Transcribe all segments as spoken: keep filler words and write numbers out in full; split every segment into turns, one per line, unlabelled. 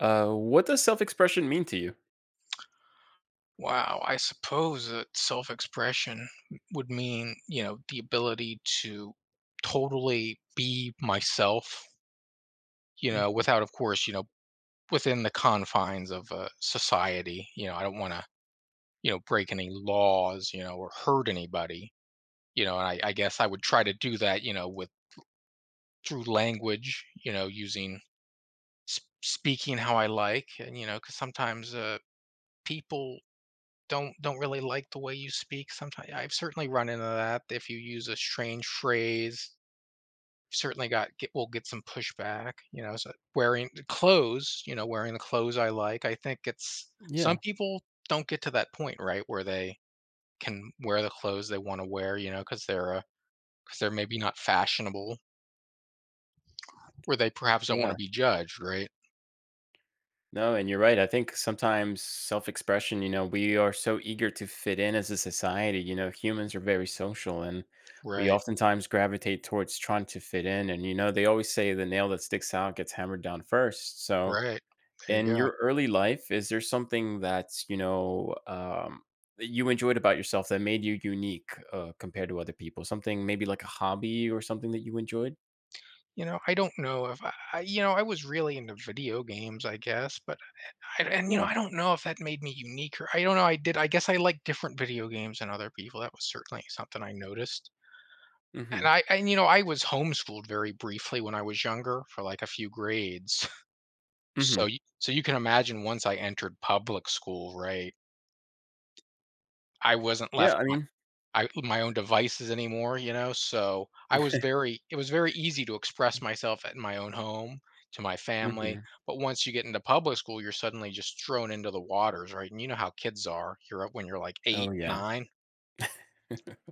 Uh, what does self-expression mean to you?
Wow, I suppose that self-expression would mean, you know, the ability to totally be myself, you know,
Mhm.
without, of course, you know, within the confines of uh, society. You know, I don't want to, you know, break any laws, you know, or hurt anybody. You know, and I, I guess I would try to do that, you know, with through language, you know, using sp- speaking how I like, and you know, because sometimes uh, people don't don't really like the way you speak sometimes. I've certainly run into that. If you use a strange phrase, certainly got get will get some pushback. You know, so wearing the clothes, you know, wearing the clothes I like. I think it's some
Yeah,
people don't get to that point, right, where they can wear the clothes they want to wear. You know, because they're uh, because they're maybe not fashionable, where they perhaps don't want
yeah.
to be judged, right?
No, and you're right. I think sometimes self-expression, you know, we are so eager to fit in as a society. You know, humans are very social, and we
Right,
oftentimes gravitate towards trying to fit in. And, you know, they always say the nail that sticks out gets hammered down first. So,
right. There you
in
go.
your early life, is there something that's, you know, um, that you enjoyed about yourself that made you unique uh, compared to other people? Something maybe like a hobby or something that you enjoyed?
You know, I don't know if I, I- you know, I was really into video games, I guess, but I and, you know,
Yeah.
I don't know if that made me unique, or I don't know, I did I guess I like different video games than other people. That was certainly something I noticed. And
Hmm.
I and, you know, I was homeschooled very briefly when I was younger for, like, a few grades. So
Mhm.
you so you can imagine, once I entered public school, right, I wasn't
Yeah,
left
I mean
I my own devices anymore, you know, so I was very it was very easy to express myself at my own home, to my family,
mhm.
but once you get into public school, you're suddenly just thrown into the waters, right? And you know how kids are. You're up when you're like
Oh,
eight,
yeah.
nine.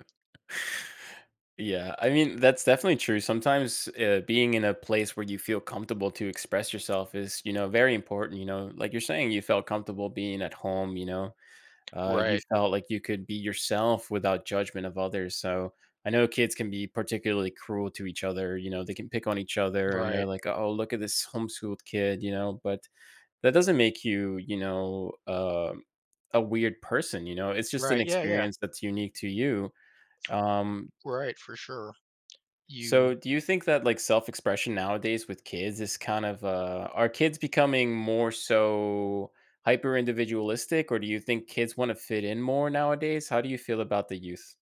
Yeah, I mean, that's definitely true. Sometimes, uh, being in a place where you feel comfortable to express yourself is, you know, very important, you know? Like you're saying, you felt comfortable being at home, you know? Uh, you
Right.
felt like you could be yourself without judgment of others, so I know kids can be particularly cruel to each other, you know? They can pick on each other, and they're
Right.
like, "Oh, look at this homeschooled kid," you know? But that doesn't make you, you know, um, a weird person, you know? It's just an
Right. Yeah, yeah.
experience that's unique to you. Um,
Right, for sure. You
so do you think that, like, self-expression nowadays with kids is kind of, uh are kids becoming more so hyper individualistic, or do you think kids wanna fit in more nowadays? How do you feel about the youth?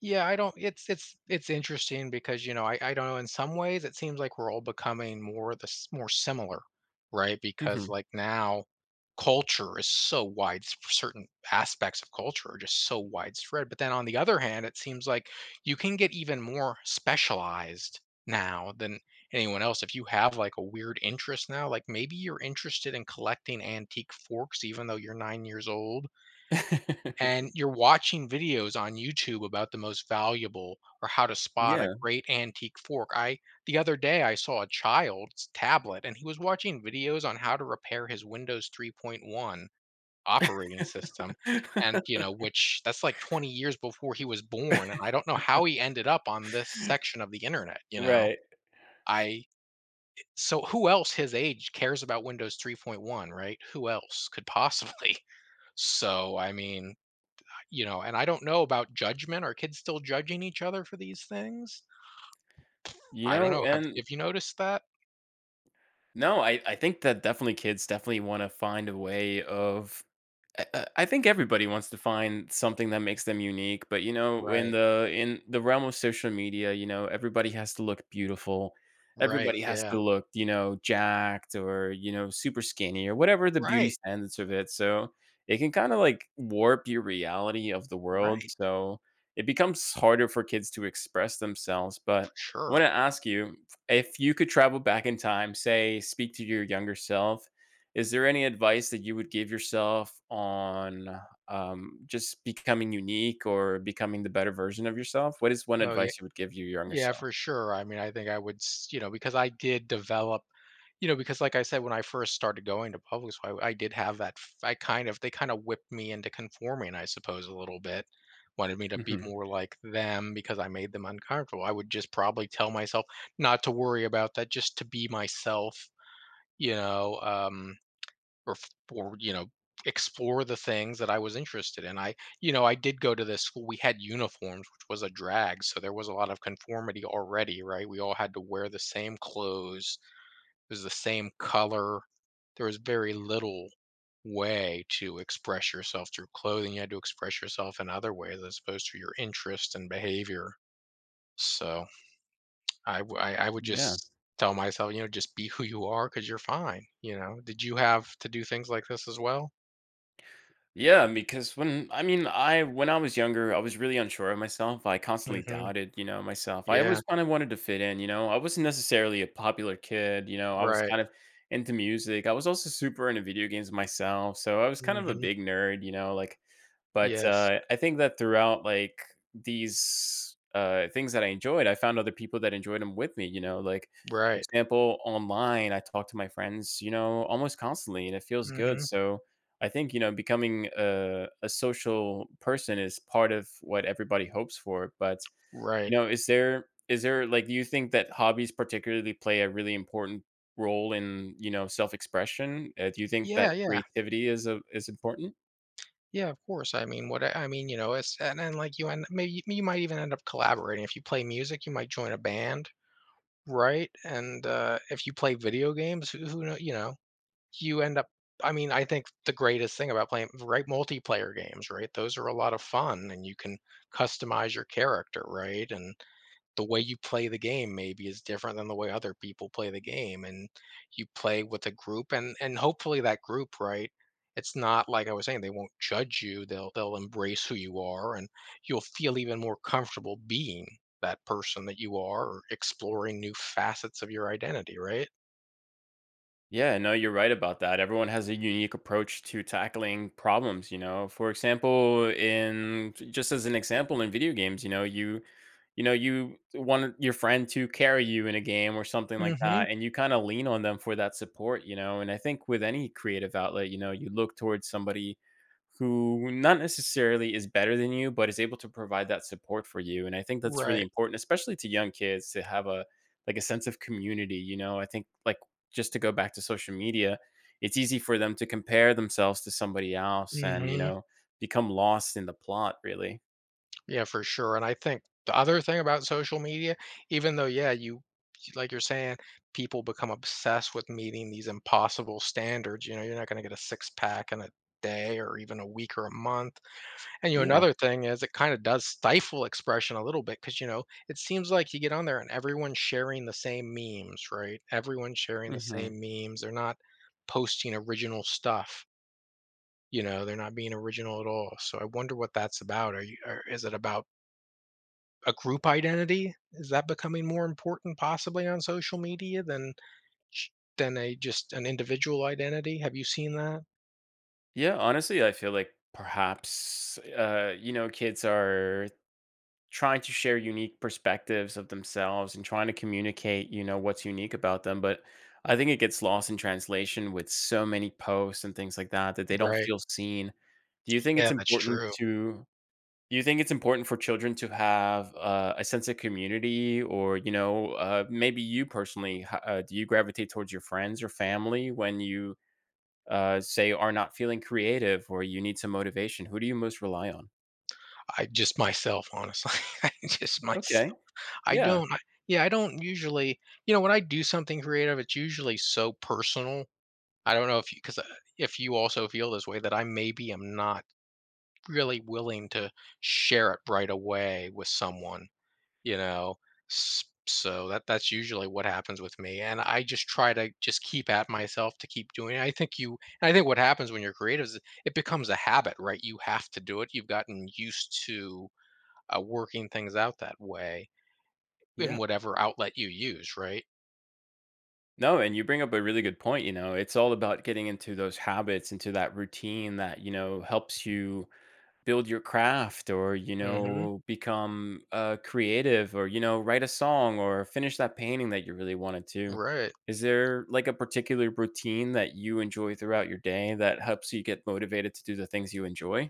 Yeah, I don't it's it's it's interesting because, you know, I I don't know, in some ways it seems like we're all becoming more the s more similar, right? Because,
Mhm.
like, now culture is so wide. Certain aspects of culture are just so widespread, but then on the other hand, it seems like you can get even more specialized now than anyone else. If you have, like, a weird interest now, like, maybe you're interested in collecting antique forks even though you're nine years old, and you're watching videos on YouTube about the most valuable, or how to spot a
Yeah.
great antique fork. I the other day I saw a child's tablet, and he was watching videos on how to repair his Windows three point one operating system. and you know which that's like twenty years before he was born, and I don't know how he ended up on this section of the internet, you know.
Right.
I so who else his age cares about Windows three point one, right? Who else could possibly? So, I mean, you know, and I don't know about judgment. Are kids still judging each other for these things?
You
I don't
know,
know. Have
and
have you noticed that?
No, I I think that definitely kids definitely wanna find a way of I I I think everybody wants to find something that makes them unique, but, you know, in
Right.
the in the realm of social media, you know, everybody has to look beautiful.
Right,
Everybody has
yeah.
to look, you know, jacked or, you know, super skinny or whatever the beauty
Right,
standards of it, so it can kinda, like, warp your reality of the world,
right,
so it becomes harder for kids to express themselves, but
for
I
sure.
wanna ask you if you could travel back in time, say, speak to your younger self, is there any advice that you would give yourself on um, just becoming unique or becoming the better version of yourself? What is one
Oh, yeah.
advice you would give your younger
Yeah,
self?
for sure. I mean, I think I would s you know, because I did develop you know, because like I said, when I first started going to public school, I I did have that f I kind of they kinda whipped me into conforming, I suppose, a little bit. Wanted me to be
Hmm.
more like them because I made them uncomfortable. I would just probably tell myself not to worry about that, just to be myself you know, um, or f- or you know, explore the things that I was interested in. I, you know, I did go to this school. We had uniforms, which was a drag, so there was a lot of conformity already, right? We all had to wear the same clothes. It was the same color. There was very little way to express yourself through clothing. You had to express yourself in other ways as opposed to your interest and behavior. So I w I I would
Yeah.
just tell myself, you know, "Just be who you are, because you are 'cause you're fine," you know? Did you have to do things like this as well?
Yeah, because when I mean, I when I was younger, I was really unsure of myself. I constantly
Mhm.
doubted, you know, myself. I always
Yeah.
kind of wanted to fit in, you know. I wasn't necessarily a popular kid, you know. I was
Right.
kind of into music. I was also super into video games myself, so I was kind of a
Mhm.
big nerd, you know, like, but,
Yes.
uh, I think that throughout, like, these, uh, things that I enjoyed, I found other people that enjoyed them with me, you know? Like, for
Right.
example, online, I talk to my friends, you know, almost constantly, and it feels good,
Mhm.
so I think, you know, becoming a a social person is part of what everybody hopes for, but,
Right.
you know, is there is there like, do you think that hobbies particularly play a really important role in, you know, self-expression? Uh, do you think
Yeah,
that
yeah.
creativity is a is important?
Yeah, of course. I mean, what I I mean, you know, it's and then, like, you end maybe you might even end up collaborating. If you play music, you might join a band, right? And, uh, if you play video games, who who know? You know? You end up I mean, I think the greatest thing about playing right multiplayer games, right? Those are a lot of fun, and you can customize your character, right? And the way you play the game maybe is different than the way other people play the game, and you play with a group and and hopefully that group, right? It's not like I was saying they won't judge you. They'll they'll embrace who you are, and you'll feel even more comfortable being that person that you are, or exploring new facets of your identity, right?
Yeah, no, you're right about that. Everyone has a unique approach to tackling problems, you know. For example, in just as an example in video games, you know, you you know, you want your friend to carry you in a game or something like
Mhm.
that, and you kind of lean on them for that support, you know. And I think with any creative outlet, you know, you look towards somebody who not necessarily is better than you, but is able to provide that support for you. And I think that's really
Right.
important, especially to young kids, to have a like a sense of community, you know. I think like just to go back to social media, it's easy for them to compare themselves to somebody else and, you
Mhm.
know, become lost in the plot, really.
Yeah, for sure. And I think the other thing about social media, even though, yeah, you like you're saying, people become obsessed with meeting these impossible standards. you know, you're not gonna get a six-pack in a day or even a week or a month. And, you know,
Yeah.
another thing is it kinda does stifle expression a little bit, because you know, it seems like you get on there and everyone's sharing the same memes, right? Everyone's sharing the
Hmm.
same memes, they're not posting original stuff, you know, they're not being original at all. So I wonder what that's about. Are you or is it about a group identity? Is that becoming more important possibly on social media than sh- than a just an individual identity? Have you seen that?
Yeah. Honestly, I feel like perhaps, uh, you know, kids are trying to share unique perspectives of themselves and trying to communicate, you know, what's unique about them. But I think it gets lost in translation with so many posts and things like that, that they don't
Right.
feel seen. Do you think it's
Yeah, that's
important
true.
to? Do you think it's important for children to have uh, a sense of community, or you know, uh, maybe you personally, h- uh, do you gravitate towards your friends or family when you uh, say are not feeling creative, or you need some motivation? Who do you most rely on?
I just myself, honestly. I just
Okay,
myself. I
yeah,
don't I, yeah, I don't usually, you know, when I do something creative, it's usually so personal. I don't know if you, because if you also feel this way, that I maybe am not really willing to share it right away with someone. you know S- so that that's usually what happens with me, and I just try to just keep at myself to keep doing it. I think you I think what happens when you're creative is it becomes a habit, right? You have to do it. You've gotten used to uh, working things out that way in
yeah.
whatever outlet you use, right?
No, and you bring up a really good point. You know, it's all about getting into those habits, into that routine that you know helps you build your craft, or you
Mm-hmm.
know become uh, creative, or you know write a song or finish that painting that you really wanted to.
Right.
Is there like a particular routine that you enjoy throughout your day that helps you get motivated to do the things you enjoy?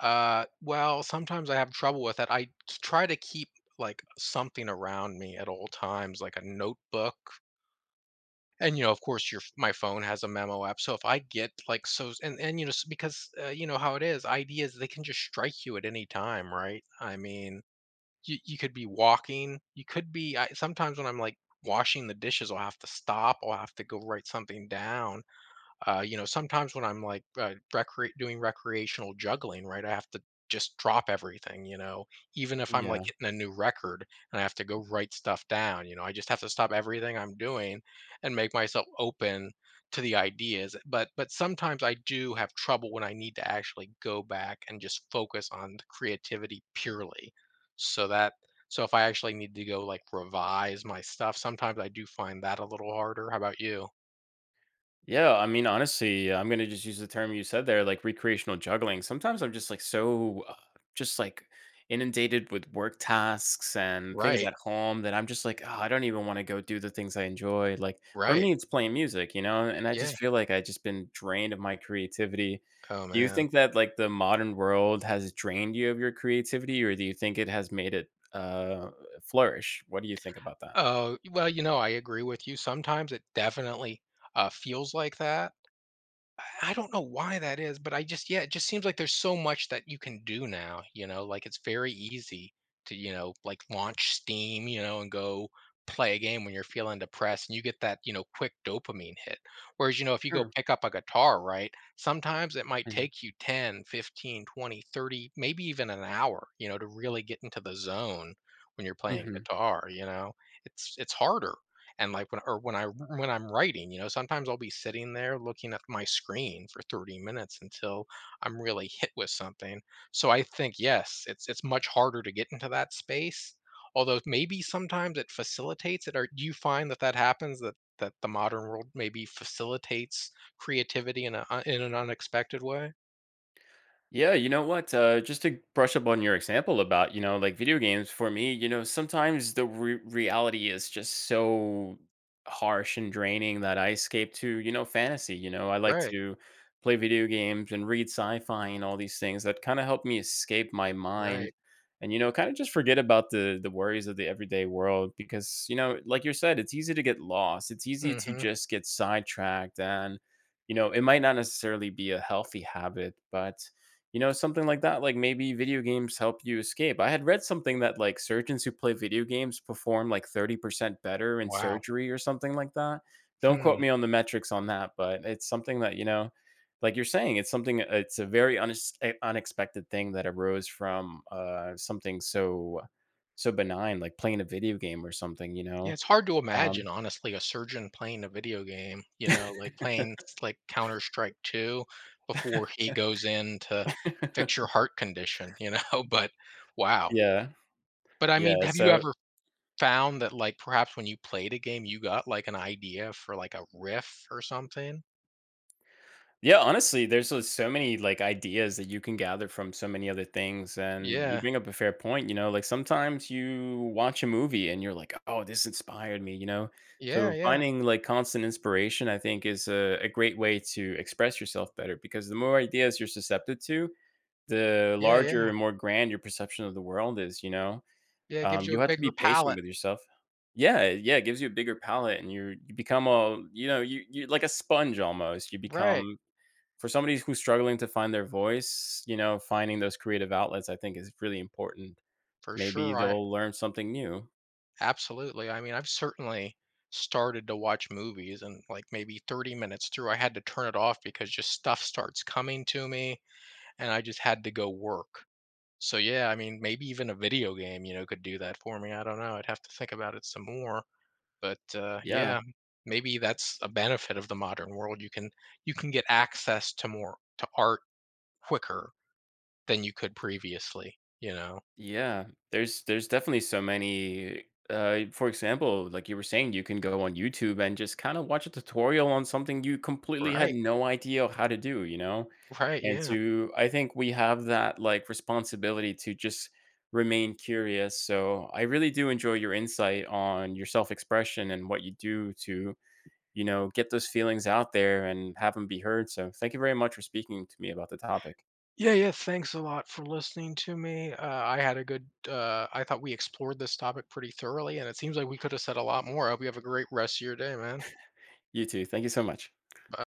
Uh well, sometimes I have trouble with it. I k- try to keep like something around me at all times, like a notebook. And, you know, of course, your my phone has a memo app, so if I get, like, so and and, you know, s because, uh, you know how it is, ideas, they can just strike you at any time, right? I mean, you you could be walking, you could be I sometimes when I'm, like, washing the dishes, I'll have to stop, I'll have to go write something down. Uh, you know, sometimes when I'm like uh, recre- doing recreational juggling, right, I have to just drop everything, you know, even if I'm like
Yeah.
hitting a new record, and I have to go write stuff down, you know, I just have to stop everything I'm doing and make myself open to the ideas. But but sometimes I do have trouble when I need to actually go back and just focus on the creativity purely. So that so if I actually need to go like revise my stuff, sometimes I do find that a little harder. How about you?
Yeah, I mean, honestly, I'm gonna just use the term you said there, like recreational juggling. Sometimes I'm just like so, uh, just like inundated with work tasks and things
Right.
at home that I'm just like, oh, I don't even want to go do the things I enjoy. Like for me,
Right.
it's playing music, you know, and I just
Yeah.
feel like I just been drained of my creativity.
Oh,
Do you
man.
think that like the modern world has drained you of your creativity, or do you think it has made it uh, flourish? What do you think about that?
Oh, well, you know, I agree with you. Sometimes it definitely, uh, feels like that. I don't know why that is, but I just yeah, it just seems like there's so much that you can do now, you know, like it's very easy to, you know, like launch Steam, you know, and go play a game when you're feeling depressed and you get that, you know, quick dopamine hit. Whereas, you know, if you go
Sure.
pick up a guitar, right? Sometimes it might take you ten, fifteen, twenty, thirty, maybe even an hour, you know, to really get into the zone when you're playing
Hmm.
guitar, you know. It's it's harder. And like when or when I when I'm writing, you know, sometimes I'll be sitting there looking at my screen for thirty minutes until I'm really hit with something. So I think, yes, it's it's much harder to get into that space. Although maybe sometimes it facilitates it. Or do you find that that happens, that that the modern world maybe facilitates creativity in a in an unexpected way?
Yeah, you know what? Uh, just to brush up on your example about, you know, like video games for me, you know, sometimes the re- reality is just so harsh and draining that I escape to, you know, fantasy. You know, I like
Right.
to play video games and read sci fi and all these things that kind of help me escape my mind
Right.
and, you know, kind of just forget about the, the worries of the everyday world because, you know, like you said, it's easy to get lost, it's easy to
Mhm.
just get sidetracked, and, you know, it might not necessarily be a healthy habit, but you know, something like that, like maybe video games help you escape. I had read something that like surgeons who play video games perform like thirty percent better in
Wow.
surgery or something like that. Don't quote
Hmm.
me on the metrics on that, but it's something that, you know, like you're saying, it's something, it's a very unex- eh, unexpected thing that arose from uh, something so, so benign, like playing a video game or something, you
Yeah,
know?
it's hard to
Um,
imagine, honestly, a surgeon playing a video game, you know, like playing s- like Counter Strike two before he goes in to fix your heart condition, you know? But wow.
yeah.
But I
Yeah.
mean, have you
So
ever found that, like, perhaps when you played a game, you got like an idea for like a riff or something?
yeah, honestly, there's just so many like ideas that you can gather from so many other things. And you
Yeah.
bring up a fair point, you know, like sometimes you watch a movie and you're like, oh, this inspired me, you know?
Yeah.
So
Yeah.
finding like constant inspiration, I think, is a, a great way to express yourself better because the more ideas you're susceptible to, the
Yeah.
larger
Yeah.
and more grand your perception of the world is, you know?
Yeah. It
Um,
gives you a
you have to be
bigger
patient
palette.
with yourself. Yeah, yeah, it gives you a bigger palette, and you you become a, you know, you you like a sponge almost. You
Right.
become for somebody who's struggling to find their voice, you know, finding those creative outlets, I think is really important.
For
Maybe
sure. I
they'll learn something new.
Absolutely. I mean, I've certainly started to watch movies, and like maybe thirty minutes through, I had to turn it off because just stuff starts coming to me, and I just had to go work. So, yeah, I mean, maybe even a video game, you know, could do that for me. I don't know. I'd have to think about it some more. But uh,
Yeah.
yeah, maybe that's a benefit of the modern world. You can you can get access to more to art quicker than you could previously, you know.
Yeah. There's there's definitely so many uh for example, like you were saying, you can go on YouTube and just kind of watch a tutorial on something you completely had
Right.
no idea how to do, you know?
Right.
And
Yeah.
to I think we have that like responsibility to just remain curious. So I really do enjoy your insight on your self-expression and what you do to you know, get those feelings out there and have them be heard. So thank you very much for speaking to me about the topic.
Yeah, yeah. Thanks a lot for listening to me. Uh, I had a good. Uh, I thought we explored this topic pretty thoroughly, and it seems like we could have said a lot more. I hope you have a great rest of your day, man.
You too. Thank you so much.
Bye.